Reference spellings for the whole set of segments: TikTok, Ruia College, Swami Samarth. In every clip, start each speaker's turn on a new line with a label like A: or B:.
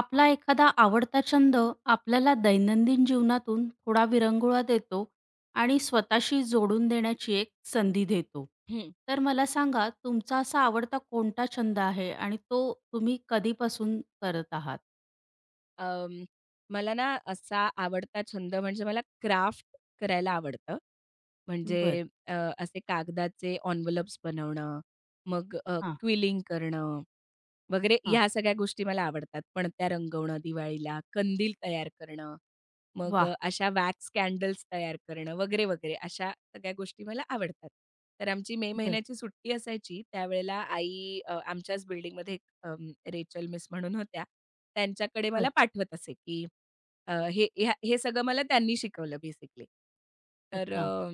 A: आपला एखादा आवडता छंद आपल्याला दैनंदिन जीवनातून थोडा विरंगुळा देतो आणि स्वतःशी जोडून देण्याची एक संधी देतो.
B: हं.
A: तर मला सांगा तुमचा असा आवडता कोणता छंद आहे आणि तो तुम्ही कधीपासून करत आहात?
B: अं, मला ना असा आवडता छंद म्हणजे मला क्राफ्ट करायला आवडतं. म्हणजे
A: बरं.
B: अ, असे कागदाचे एन्व्हलप्स बनवणं, मग
A: हां,
B: क्विलिंग करणं वगैरे
A: हां.
B: ह्या सगळ्या गोष्टी मला आवडतात. पणत्या रंगवणं दिवाळीला, कंदील तयार करणं, मग
A: वाह!
B: अशा वॅक्स कॅन्डल्स तयार करणं वगैरे, वगैरे अशा सगळ्या गोष्टी मला आवडतात. तर आमची मे
A: बरं,
B: महिन्याची सुट्टी असायची त्यावेळेला आई आमच्याच बिल्डिंगमध्ये रेचल मिस म्हणून होत्या. त्यांच्याकडे मला
A: बरं.
B: पाठवत असे, की अ, हे ह्या हे सगळं मला त्यांनी शिकवलं बेसिकली. तर
A: अच्छा.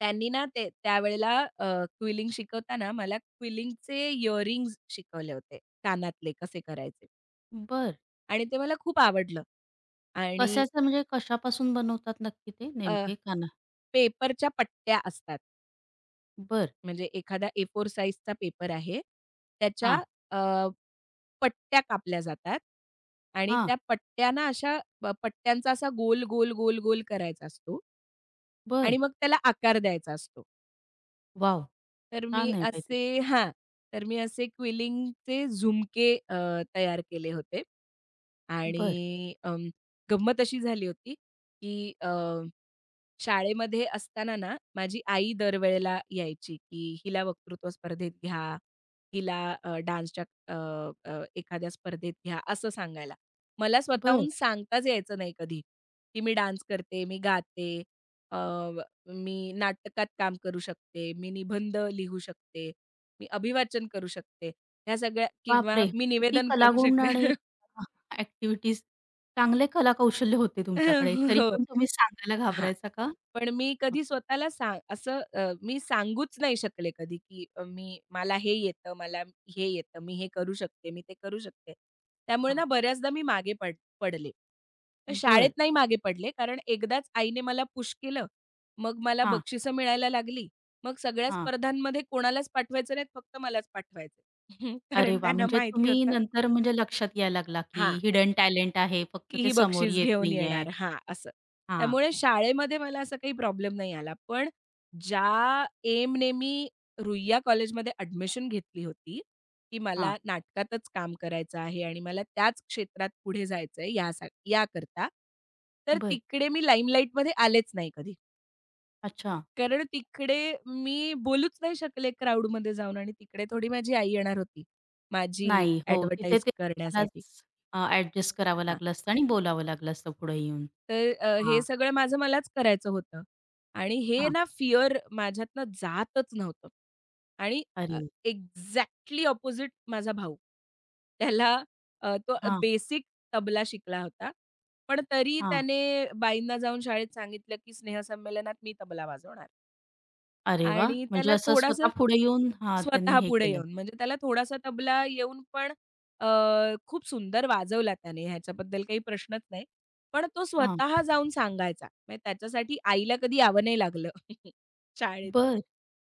B: त्यांनी ना ते त्यावेळेला क्विलिंग शिकवताना मला क्विलिंगचे इअरिंग्ज शिकवले होते, कानातले कसे करायचे
A: बरं.
B: आणि ते मला खूप आवडलं. आणि
A: कशाचं म्हणजे कशापासून बनवतात नक्की ते नेमके खाना?
B: पेपरच्या पट्ट्या असतात.
A: बरं.
B: म्हणजे एखादा A4 साइजचा पेपर आहे. त्याच्या
A: हां,
B: पट्ट्या कापल्या जातात आणि
A: हां.
B: त्या पट्ट्या ना अशा पट्ट्यांचा असा गोल, गोल, गोल, गोल करायचा असतो आणि
A: बरं.
B: मग त्याला आकार द्यायचा असतो.
A: वॉव!
B: तर मी
A: छान आहे
B: असे
A: काहीतरी.
B: हां, तर मी असे क्विलिंगचे झुमके तयार केले होते
A: बरं,
B: आणि गंमत अशी झाली होती की शाळेमध्ये असताना ना, माझी आई दरवेळेला यायची, की हिला वक्तृत्व स्पर्धेत घ्या, हिला डान्सच्या अ, अ, एखाद्या स्पर्धेत घ्या, असं सांगायला. मला
A: बरं.
B: स्वतःहून सांगताच यायचं नाही कधी, की मी डान्स करते, मी गाते, अ, मी नाटकात काम करू शकते, मी निबंध लिहू शकते, मी अभिवाचन करू शकते. ह्या सगळ्या किंवा
A: बापरे!
B: मी
A: किती
B: निवेदन करू
A: कलागुण आणि
B: शकते.
A: ॲक्टिव्हिटीज. चांगले कलाकौशल्य होते तुमच्याकडे. तरी
B: हो.
A: पण तुम्ही सांगायला
B: हां.
A: घाबरायचा का?
B: पण मी
A: हं,
B: कधी स्वतःला मी सांगूच नाही शकले कधी, की मी मला हे येतं, मला हे येतं, मी हे करू शकते, मी ते करू शकते. त्यामुळे ना
A: हां.
B: बऱ्याचदा मी मागे पडले. तर शाळेत
A: बरं.
B: नाही मागे पडले, कारण एकदाच आईने मला पुश केलं. मग मला
A: हां,
B: बक्षिसं मिळायला लागली. मग सगळ्या
A: हां.
B: स्पर्धांमध्ये कोणालाच पाठवायचं नाहीत, फक्त मलाच पाठवायचं.
A: अरे
B: कारण
A: वाह!
B: त्यांना
A: म्हणजे
B: माहिती
A: तुम्ही
B: होतं
A: नंतर म्हणजे लक्षात यायला लागला,
B: हां,
A: की हिडन टॅलेंट आहे. फक्त
B: की
A: ते
B: ही
A: समोर
B: बक्षीस
A: येत
B: घेऊन
A: नाहीये.
B: येणार हां, असं.
A: हां,
B: त्यामुळे शाळेमध्ये मला असा काही प्रॉब्लेम नाही आला. पण ज्या एमने मी रुईया कॉलेजमध्ये ॲडमिशन घेतली होती, की मला
A: हां.
B: नाटकातच काम करायचं आहे आणि मला त्याच क्षेत्रात पुढे जायचं आहे याकरता. तर
A: बरं.
B: तिकडे मी लाईमलाईटमध्ये आलेच नाही कधी.
A: अच्छा.
B: कारण तिकडे मी बोलूच नाही शकले क्राउडमध्ये जाऊन आणि तिकडे थोडी माझी आई येणार होती, माझी
A: नाही. हो, तिथे
B: ॲडव्हर्टाइज
A: ते
B: करण्यासाठी.
A: तुम्हालाच ॲडजस्ट करावं
B: हां.
A: लागलं असतं आणि बोलावं लागलं असतं पुढे येऊन.
B: तर हे
A: हां,
B: सगळं माझं मलाच करायचं होतं आणि हे
A: हां.
B: ना फिअर माझ्यातनं जातच नव्हतं आणि अ,
A: अरे!
B: एक्झॅक्टली अपोझिट माझा भाऊ. त्याला तो
A: हां,
B: बेसिक तबला शिकला होता. पण तरी
A: हां.
B: त्याने बाईंना जाऊन शाळेत सांगितलं, की स्नेहसंमेलनात मी तबला वाजवणार.
A: अरे वा,
B: आणि
A: म्हणजे
B: त्याला
A: असं
B: थोडासा
A: स्वतः पुढे येऊन हां, त्यांनी
B: स्वतः
A: हे
B: पुढे
A: केलं.
B: येऊन, म्हणजे त्याला थोडासा तबला येऊन पण अ, खूप सुंदर वाजवला त्याने ह्याच्याबद्दल काही प्रश्नच नाही. पण तो
A: हां,
B: स्वतः जाऊन सांगायचा. म्हणजे त्याच्यासाठी आईला कधी यावं नाही लागलं शाळेत.
A: बरं.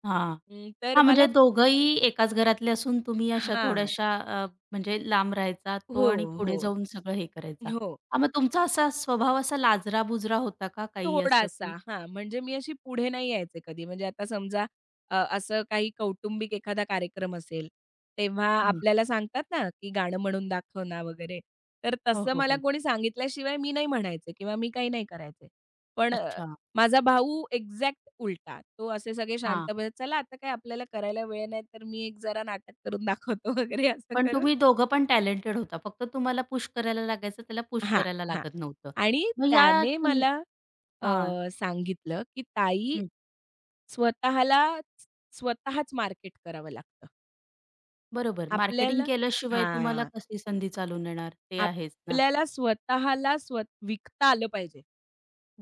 A: हां.
B: तर
A: हां,
B: मला
A: म्हणजे दोघंही एकाच घरातले असून तुम्ही अशा
B: हां.
A: थोड्याशा म्हणजे लांब राहायचा तो
B: हो,
A: आणि
B: हो.
A: पुढे जाऊन सगळं हे करायचा.
B: हो.
A: हां, मग तुमचा असा स्वभाव असा लाजरा-बुजरा होता का काही असं
B: थोडासा.
A: काही?
B: हां, म्हणजे मी अशी पुढे नाही यायचे कधी. म्हणजे आता समजा असं काही कौटुंबिक एखादा कार्यक्रम असेल, तेव्हा
A: हं.
B: आपल्याला सांगतात ना, की गाणं म्हणून दाखव ना वगैरे. तर
A: हो,
B: तसं
A: हो,
B: मला
A: हो.
B: कोणी सांगितल्याशिवाय मी नाही म्हणायचे किंवा मी काही नाही करायचे. पण
A: अच्छा.
B: माझा भाऊ एक्झॅक्ट उलटा. तो असे सगळे
A: हां.
B: शांत बसत, "चला आता काय आपल्याला करायला वेळ नाही, तर मी एक जरा नाटक करून दाखवतो" वगैरे असं
A: पण
B: करून
A: तुम्ही दोघं पण टॅलेंटेड होता. फक्त तुम्हाला पुश करायला लागायचं, त्याला पुश
B: हां,
A: करायला
B: हां.
A: लागत नव्हतं.
B: आणि
A: मग या
B: त्याने
A: छं
B: मला अ,
A: हां.
B: सांगितलं, की "ताई,
A: हं.
B: स्वतःला स्वतःच मार्केट करावं लागतं.
A: बरोबर. मार्केटिंग
B: आपल्याला"
A: केल्याशिवाय तुम्हाला
B: हां.
A: कसली संधी चालून येणार? ते आहेच ना.
B: "आपल्याला स्वतःला विकता आलं पाहिजे."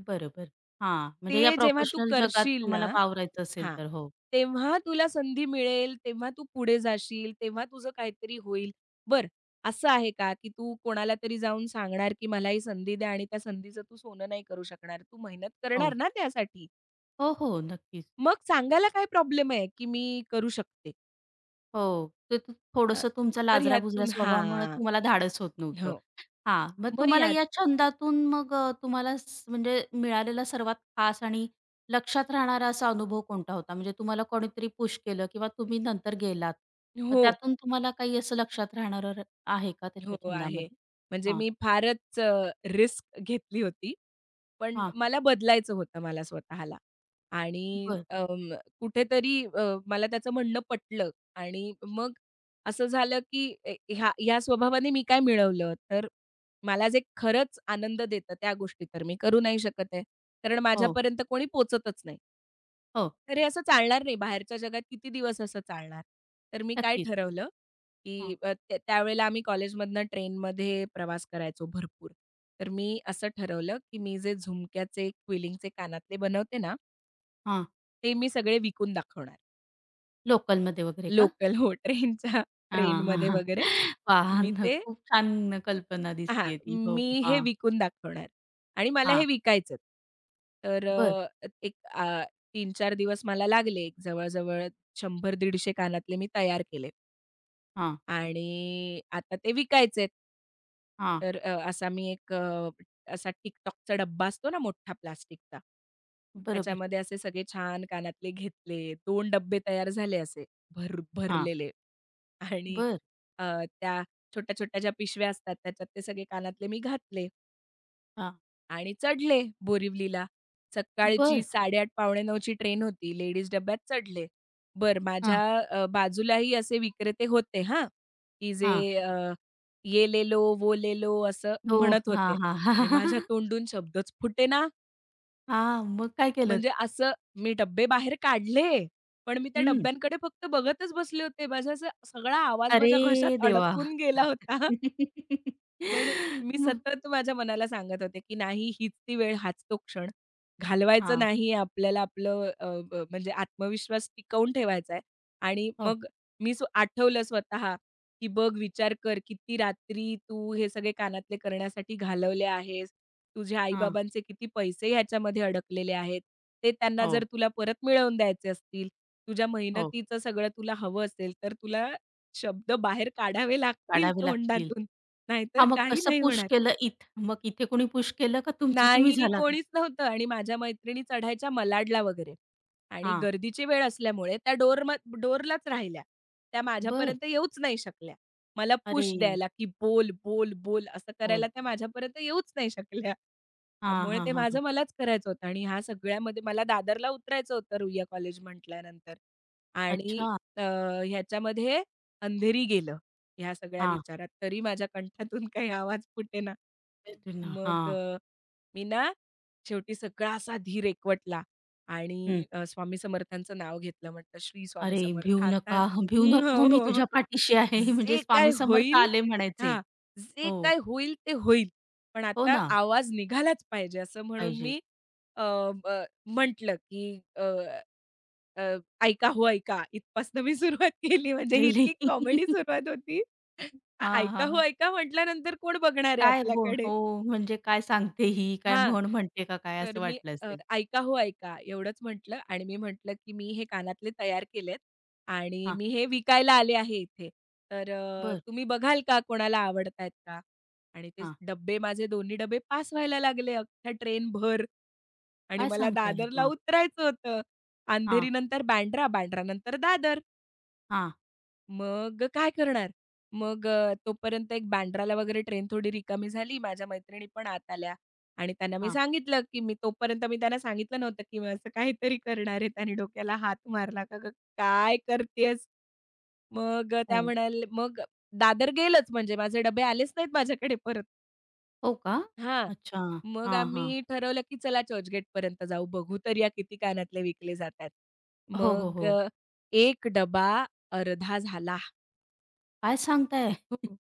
A: बरोबर. हां, म्हणजे या
B: ते जेव्हा तू
A: प्रोफेशनल जगात
B: करशील ना
A: तुम्हाला वावरायचं असेल
B: हां,
A: तर. हो.
B: तेव्हा तुला संधी मिळेल, तेव्हा तू पुढे जाशील, तेव्हा तुझं काहीतरी होईल. बरं, असं आहे का, की तू कोणाला तरी जाऊन सांगणार, की "मला ही संधी द्या" आणि त्या संधीचं तू सोनं नाही करू शकणार. तू मेहनत करणार
A: हो.
B: ना त्यासाठी.
A: हो, हो. नक्कीच.
B: मग सांगायला काय प्रॉब्लेम आहे, की "मी करू शकते."
A: हो. ते
B: अ,
A: थोडंसं तुमचा
B: तर
A: लाजऱ्या-बुजऱ्या
B: ह्यातून
A: स्वभावामुळे
B: हां,
A: तुम्हाला धाडस होत
B: हो.
A: नव्हतं. हां, मग
B: मग
A: तुम्हाला
B: यात
A: या छंदातून मग तुम्हाला म्हणजे मिळालेला सर्वात खास आणि लक्षात राहणारा असा अनुभव कोणता होता? म्हणजे तुम्हाला कोणीतरी पुश केलं किंवा तुम्ही नंतर गेलात. मग
B: हो,
A: त्यातून तुम्हाला काही असं लक्षात राहणारं आहे का त्याच्या
B: हो, आहे.
A: छंदामध्ये?
B: म्हणजे मी फारच रिस्क घेतली होती. पण
A: हां,
B: मला बदलायचं होतं मला स्वतःला आणि
A: बरं.
B: कुठेतरी मला त्याचं म्हणणं पटलं आणि मग असं झालं की ए- ह्या ह्या स्वभावाने मी काय मिळवलं तर मला जे खरंच आनंद देतं त्या गोष्टी तर मी करू नाही शकत आहे कारण
A: हो,
B: माझ्यापर्यंत कोणी पोचतच नाही
A: हो.
B: तर हे असं चालणार नाही. बाहेरच्या जगात किती दिवस असं चालणार? तर मी काय
A: नक्कीच.
B: ठरवलं, की
A: हां,
B: अ, त्या त्यावेळेला आम्ही कॉलेजमधनं ट्रेनमध्ये प्रवास करायचो भरपूर. तर मी असं ठरवलं, की मी जे झुमक्याचे, क्विलिंगचे कानातले बनवते ना,
A: हां.
B: ते मी सगळे विकून दाखवणार.
A: लोकलमध्ये वगैरे का?
B: लोकल हो, ट्रेनच्या
A: हां, हां,
B: ट्रेनमध्ये
A: हां.
B: वगैरे मी
A: वाहन
B: ते
A: खूप छान कल्पना
B: हां,
A: दिसतीये ती. हो, हो.
B: मी हे
A: हां,
B: विकून दाखवणार आणि मला
A: हां.
B: हे विकायचंच. तर
A: बरं.
B: 3-4 दिवस मला लागले. एक जवळ-जवळ 100 कानातले मी तयार केले
A: हां,
B: आणि आता ते विकायचेत.
A: हां.
B: तर अ, असा मी एक अ, असा TikTokचा डब्बा असतो ना मोठा प्लास्टिकचा.
A: बरोबर.
B: त्याच्यामध्ये असे सगळे छान कानातले घेतले. 2 डब्बे तयार झाले असे भर
A: हां.
B: भरलेले आणि
A: बरं.
B: अ, त्या छोट्या-छोट्या ज्या पिशव्या असतात त्याच्यात ते सगळे कानातले मी घातले.
A: हां.
B: आणि चढले बोरिवलीला. सकाळची
A: बरं.
B: 8:30 पावणे 9ची ट्रेन होती. लेडीज डब्यात चढले. बरं
A: हां,
B: माझ्या बाजूलाही असे विक्रेते होते हां, की जे
A: हां.
B: अ, "ये ले लो, वो ले लो" असं
A: हो.
B: म्हणत
A: हां,
B: होते
A: हां. हां,
B: आणि माझ्या तोंडून शब्दच फुटेना.
A: हां, मग काय केलं?
B: म्हणजे असं मी डब्बे बाहेर काढले, पण मी त्या
A: हं.
B: डब्यांकडे फक्त बघतच बसले होते. माझा असा सगळा आवाज माझ्या घशात
A: अरे देवा!
B: अडकून गेला होता. पण मी
A: मग?
B: सतत माझ्या मनाला सांगत होते, की नाही हीच ती वेळ, हाच तो क्षण. घालवायचं
A: हां.
B: नाही आपल्याला आपलं अ, अ, म्हणजे आत्मविश्वास टिकवून ठेवायचा आहे. आणि
A: हो.
B: मग मी आठवलं स्वतः, की बघ विचार कर किती रात्री तू हे सगळे कानातले करण्यासाठी घालवले आहेस. तुझ्या
A: हां.
B: आई-बाबांचे किती पैसे ह्याच्यामध्ये अडकलेले आहेत. ते त्यांना
A: हो,
B: जर तुला परत मिळवून द्यायचे असतील, तुझ्या
A: हो.
B: मेहनतीचं सगळं तुला हवं असेल, तर तुला शब्द बाहेर काढावे लागतील
A: काढावे लागतील.
B: तोंडातून. नाहीतर
A: हां, मग
B: काही
A: कसं
B: नाही
A: पुश
B: होणार.
A: केलं इथ मग इथे कोणी पुश केलं का तुमचं तुम्ही
B: नाही,
A: झाला?
B: कोणीच नव्हतं आणि माझ्या मैत्रिणी चढायच्या मलाडला वगैरे आणि
A: हां,
B: गर्दीची वेळ असल्यामुळे त्या डोरलाच राहिल्या. त्या
A: बरं.
B: माझ्यापर्यंत येऊच नाही शकल्या. मला पुश
A: अरे!
B: द्यायला, की "बोल, बोल, बोल" असं करायला
A: बोल.
B: त्या माझ्यापर्यंत येऊच नाही शकल्या.
A: हां,
B: त्यामुळे
A: हां,
B: ते
A: हां,
B: माझं
A: हां.
B: मलाच करायचं होतं आणि ह्या सगळ्यामध्ये मला दादरला उतरायचं होतं रुईया कॉलेज म्हटल्यानंतर आणि
A: अच्छा.
B: अ, ह्याच्यामध्ये अंधेरी गेलं ह्या सगळ्या
A: हां.
B: विचारात. तरी माझ्या कंठातून काही आवाज फुटेना.
A: तेच ना.
B: मग
A: हां.
B: मी ना शेवटी सगळा असा धीर एकवटला
A: हं.
B: आणि स्वामी समर्थांचं नाव घेतलं. म्हटलं, "श्री स्वामी
A: अरे,
B: समर्थ
A: भिऊ
B: आता
A: नका, भिऊ
B: हं, हो,
A: नको मी
B: हो, हो.
A: तुझ्या पाठीशी आहे म्हणजे
B: जे काय
A: स्वामी समर्थ
B: होईल
A: आले म्हणायचे.
B: हां, जे
A: हो,
B: काय होईल ते होईल. पण
A: हो
B: आता
A: ना,
B: आवाज निघालाच पाहिजे." असं म्हणून
A: पाहिजे.
B: मी अ, अ, म्हटलं, की अ, अ, "ऐका हो ऐका." इथपासून मी सुरुवात केली. म्हणजे ही
A: रिअली?
B: इतकी कॉमेडी सुरुवात होती.
A: हां,
B: "ऐका
A: हां,
B: हो
A: हां.
B: ऐका" म्हटल्यानंतर कोण बघणार आहे
A: काय बोल
B: आपल्याकडे?
A: हो, म्हणजे काय सांगते ही, काय
B: हां.
A: म्हण म्हणते का काय
B: तर
A: असं
B: मी
A: वाटलं असेल.
B: "ऐका हो ऐका" एवढंच म्हटलं आणि मी म्हटलं, की "मी हे कानातले तयार केलेत आणि
A: हां,
B: मी हे विकायला आले आहे इथे. तर
A: बरं.
B: तुम्ही बघाल का कोणाला आवडतायत का?" आणि ते
A: हां,
B: डब्बे माझे दोन्ही डबे पास व्हायला लागले अख्ख्या ट्रेनभर आणि
A: काय
B: मला
A: सांगताय?
B: दादरला
A: हां,
B: उतरायचं होतं.
A: हां,
B: अंधेरीनंतर बँड्रा, बँड्रानंतर दादर.
A: हां,
B: मग काय करणार? मग तोपर्यंत एक बँड्राला वगैरे ट्रेन थोडी रिकामी झाली. माझ्या मैत्रिणी पण आत आल्या आणि त्यांना मी
A: हां.
B: सांगितलं, की मी तोपर्यंत मी त्यांना सांगितलं नव्हतं, की मी असं काहीतरी करणार आहे. त्याने डोक्याला हात मारला, "का गं काय करतेयस?" मग अ, त्या
A: हो.
B: म्हणाल मग दादर गेलंच म्हणजे माझे डबे आलेच नाहीत माझ्याकडे परत.
A: हो का?
B: हां.
A: अच्छा.
B: मग
A: हां, हां.
B: आम्ही ठरवलं, की चला चर्चगेटपर्यंत जाऊ. बघू तर या किती कानातले विकले जातात.
A: हो, हो,
B: मग
A: हो.
B: एक डबा अर्धा झाला.
A: काय सांगताय?
B: हो.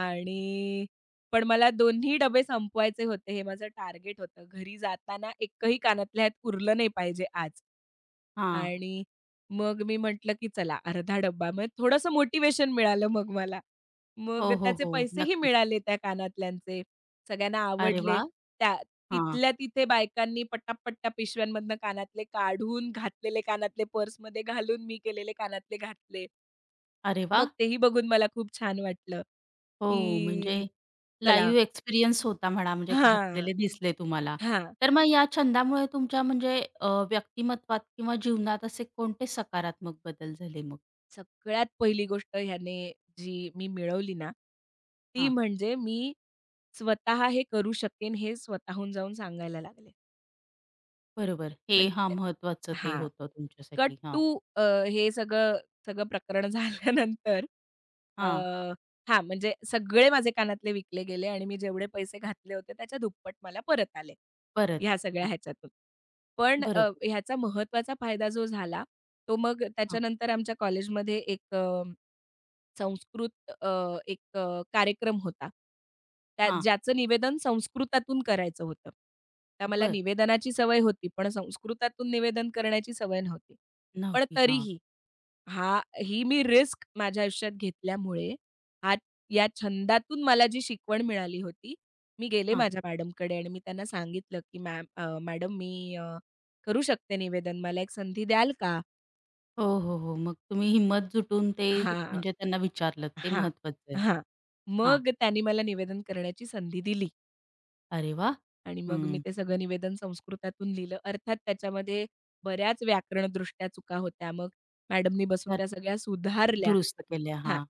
B: आणि पण मला दोन्ही डबे संपवायचे होते, हे माझं टार्गेट होतं. घरी जाताना एकही कानातल्या ह्यात उरलं नाही पाहिजे आज.
A: हां.
B: आणि मग मी म्हटलं, की चला अर्धा डब्बा. मग थोडंसं मोटिव्हेशन मिळालं मग मला.
A: हो,
B: मग
A: हो,
B: त्याचे
A: हो.
B: पैसेही
A: नक्कीच.
B: मिळाले त्या कानातल्यांचे. सगळ्यांना
A: अरे
B: आवडले.
A: वाह!
B: त्या
A: हां.
B: तिथल्या तिथे बायकांनी पटापट त्या पिशव्यांमधनं कानातले काढून, घातलेले कानातले पर्समध्ये घालून, मी केलेले कानातले घातले.
A: अरे
B: मग
A: वाह!
B: तेही बघून मला खूप छान वाटलं,
A: हो,
B: की
A: म्हणजे
B: चला
A: लाईव्ह एक्सपिरियन्स होता म्हणा, म्हणजे
B: हां,
A: घातलेले दिसले तुम्हाला.
B: हां.
A: तर मग या छंदामुळे तुमच्या म्हणजे व्यक्तिमत्वात किंवा जीवनात असे कोणते सकारात्मक बदल झाले मग?
B: सगळ्यात पहिली गोष्ट ह्याने जी मी मिळवली ना, ती
A: हां,
B: म्हणजे मी स्वतः हे करू शकेन हे स्वतःहून जाऊन सांगायला लागले.
A: बरोबर. हे हां,
B: म्हणजे
A: महत्वाचं ते
B: हां.
A: होतं
B: कट
A: तुमच्यासाठी. हां,
B: टू हे सगळं सगळं प्रकरण झाल्यानंतर अ,
A: हां.
B: हां, म्हणजे सगळे माझे कानातले विकले गेले आणि मी जेवढे पैसे घातले होते त्याच्या दुप्पट मला परत आले,
A: परत.
B: ह्या सगळ्या
A: हां,
B: ह्याच्यातून. पण
A: बरोबर.
B: ह्याचा महत्त्वाचा फायदा जो झाला, तो मग
A: हां,
B: त्याच्यानंतर आमच्या कॉलेजमध्ये एक संस्कृत कार्यक्रम होता. त्या
A: हां.
B: ज्याचं निवेदन संस्कृतातून करायचं होतं. तर मला
A: बरं.
B: निवेदनाची सवय होती, पण संस्कृतातून निवेदन करण्याची सवय नव्हती. पण
A: नव्हती. हां,
B: तरीही हा ही मी रिस्क माझ्या आयुष्यात घेतल्यामुळे हा या छंदातून मला जी शिकवण मिळाली होती, मी गेले
A: हां.
B: माझ्या मॅडमकडे आणि मी त्यांना सांगितलं, की "मॅम मॅडम मी करू शकते निवेदन. मला एक संधी द्याल का?"
A: हो, हो, हो. मग तुम्ही हिंमत जुटून ते
B: हां.
A: म्हणजे त्यांना विचारलत ते
B: हां,
A: महत्वाचं आहे.
B: हां.
A: हां.
B: मग त्यांनी मला निवेदन करण्याची संधी दिली
A: अरे वाह!
B: आणि मग मी
A: हं.
B: ते सगळं निवेदन संस्कृतातून लिहिलं. अर्थात त्याच्यामध्ये बऱ्याच व्याकरणदृष्ट्या चुका होत्या. मग मॅडमनी बसून
A: तर
B: त्या सगळ्या सुधारल्या.
A: दुरुस्त केल्या.
B: हां,
A: हां.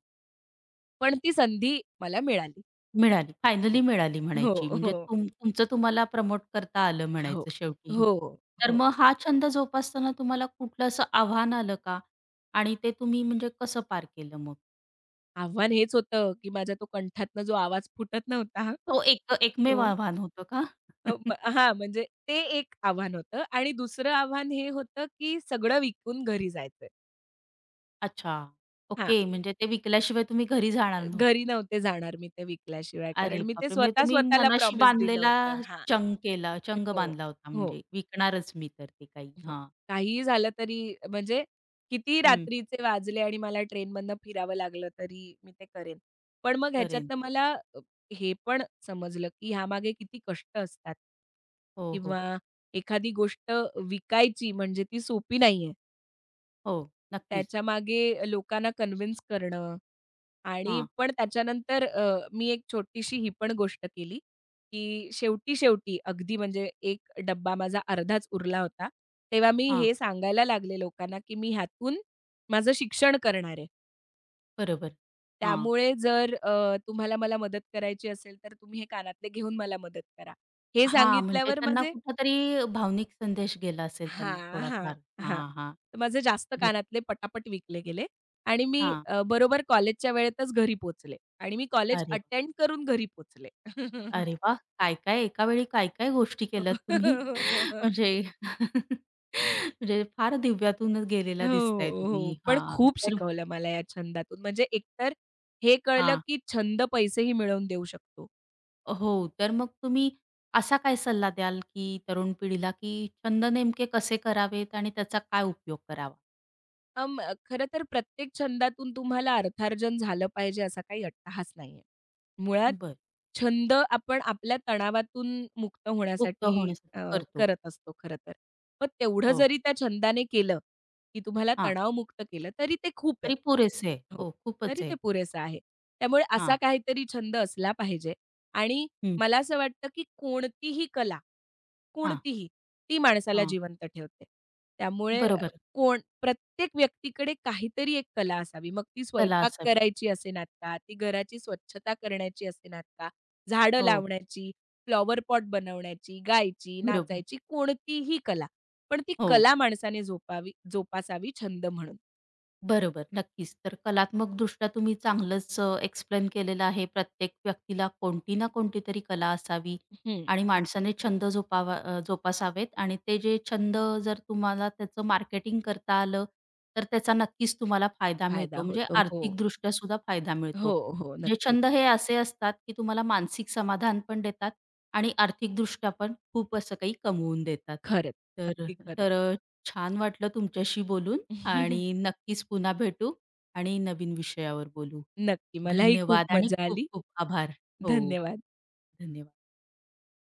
B: पण ती संधी मला मिळाली.
A: मिळाली. फायनली
B: हं.
A: मिळाली
B: हो,
A: म्हणायची. म्हणजे
B: हो.
A: तुमचं तुम्हाला प्रमोट करता आलं
B: हो.
A: म्हणायचं शेवटी.
B: हो,
A: तर
B: हो.
A: मग हा छंद जोपासताना तुम्हाला कुठलं असं आव्हान आलं का? आणि ते तुम्ही म्हणजे कसं पार केलं मग?
B: आव्हान हेच होतं, की माझ्या तो कंठातनं जो आवाज फुटत नव्हता,
A: तो एक एकमेव
B: तो
A: आव्हान होतं का?
B: अ, हां, म्हणजे ते एक आव्हान होतं आणि दुसरं आव्हान हे होतं, की सगळं विकून घरी जायचंय.
A: अच्छा.
B: हां.
A: ओके. म्हणजे ते विकल्याशिवाय तुम्ही घरी जाणार
B: घरी नव्हते जाणार मी ते विकल्याशिवाय. कारण
A: अरे
B: मी ते
A: बापरे! म्हणजे
B: स्वतः
A: तुम्ही
B: स्वतःला
A: मनाशी
B: प्रॉमिस दिलं
A: बांधलेला
B: होतं. हां.
A: चंग
B: हो,
A: बांधला होता
B: हो,
A: म्हणजे विकणारच मी तर ते काही.
B: हो.
A: हां.
B: काहीही झालं तरी म्हणजे कितीही
A: हं.
B: रात्रीचे वाजले आणि मला ट्रेनमधनं फिरावं लागलं तरी मी ते करेन. पण मग
A: करेन.
B: ह्याच्यातनं मला अ, हे पण समजलं, की ह्यामागे किती कष्ट असतात
A: हो, हो.
B: किंवा एखादी गोष्ट विकायची म्हणजे ती सोपी नाहीये.
A: हो. नक्कीच.
B: त्याच्यामागे लोकांना कन्विन्स करणं आणि
A: हां,
B: पण त्याच्यानंतर मी एक छोटीशी ही पण गोष्ट केली, की शेवटी-शेवटी अगदी म्हणजे एक डब्बा माझा अर्धाच उरला होता. तेव्हा मी
A: हां.
B: हे सांगायला लागले लोकांना, की मी ह्यातून माझं शिक्षण करणार आहे.
A: बरोबर. हां.
B: त्यामुळे जर तुम्हाला मला मदत करायची असेल, तर तुम्ही हे कानातले घेऊन मला मदत करा. हे
A: हां, म्हणजे
B: सांगितल्यावर
A: त्यांना
B: माझे
A: कुठेतरी भावनिक संदेश गेला असेल
B: हां,
A: त्यांना
B: हां,
A: थोडाफार.
B: हां.
A: हां, हां.
B: तर माझे जास्त
A: बरं.
B: कानातले पटापट विकले गेले आणि मी
A: हां.
B: बरोबर कॉलेजच्या वेळेतच घरी पोहोचले आणि मी कॉलेज
A: अरे वाह!
B: अटेंड करून घरी पोहोचले.
A: अरे वाह! काय-काय एका वेळी काय-काय गोष्टी केल्यात तुम्ही म्हणजे म्हणजे फार दिव्यातूनच
B: हो,
A: गेलेला दिसताय
B: हो.
A: तुम्ही.
B: पण
A: हां,
B: खूप
A: तर
B: शिकवलं मला या छंदातून. म्हणजे एकतर हे कळलं,
A: हां.
B: की छंद पैसेही मिळवून देऊ शकतो.
A: हो, तर मग तुम्ही असा काय सल्ला द्याल, की तरुण पिढीला, की छंद नेमके कसे करावेत आणि त्याचा काय उपयोग करावा?
B: अं, खरं तर प्रत्येक छंदातून तुम्हाला अर्थार्जन झालं पाहिजे असा काही अट्टहास नाहीये. मुळात
A: बरं.
B: छंद आपण आपल्या तणावातून मुक्त
A: मुक्त
B: होण्यासाठी
A: होण्यासाठी करतो.
B: करत असतो खरं तर. मग तेवढं
A: हो,
B: जरी त्या छंदाने केलं, की तुम्हाला
A: हां.
B: तणावमुक्त केलं तरी ते खूप आहे.
A: तरी पुरेसे आहे.
B: हो,
A: हो, खूपच
B: तरी ते
A: आहे.
B: पुरेसं आहे. त्यामुळे असा
A: हां,
B: काहीतरी छंद असला पाहिजे आणि
A: हं,
B: मला असं वाटतं, की कोणतीही कला
A: हां,
B: कोणतीही, ती माणसाला
A: हां.
B: जिवंत ठेवते. त्यामुळे अ,
A: बरोबर.
B: कोण प्रत्येक व्यक्तीकडे काहीतरी एक कला असावी. मग ती
A: कला
B: स्वयंपाक
A: असावी.
B: करायची असेनात का, ती घराची स्वच्छता करण्याची असेनात का, झाडं
A: हो,
B: लावण्याची, फ्लॉवर पॉट बनवण्याची, गायची,
A: बरोबर.
B: नाचायची कोणतीही कला. पण ती
A: हो.
B: कला माणसाने जोपासावी छंद म्हणून.
A: बरोबर, नक्कीच. तर कलात्मकदृष्ट्या तुम्ही चांगलंच एक्सप्लेन केलेलं आहे. प्रत्येक व्यक्तीला कोणती ना कोणती तरी कला असावी
B: हं,
A: आणि माणसाने जोपासावेत आणि ते जे छंद जर तुम्हाला त्याचं मार्केटिंग करता आलं, तर त्याचा नक्कीच तुम्हाला फायदा
B: फायदा
A: मिळतो. म्हणजे
B: होतो. हो.
A: आर्थिकदृष्ट्या सुद्धा फायदा मिळतो.
B: हो, हो.
A: म्हणजे
B: नक्कीच.
A: छंद हे असे असतात, की तुम्हाला मानसिक समाधान पण देतात आणि आर्थिकदृष्ट्या पण खूप असं काही कमवून देतात.
B: खरंच.
A: तर
B: अगदी खरं.
A: तर छान वाटलं तुमच्याशी बोलून. आणि नक्कीच पुन्हा भेटू आणि नवीन विषयावर बोलू.
B: नक्की. मलाही खूप
A: धन्यवाद आणि
B: मजा
A: खूप
B: आली.
A: खूप आभार. हो,
B: धन्यवाद.
A: धन्यवाद.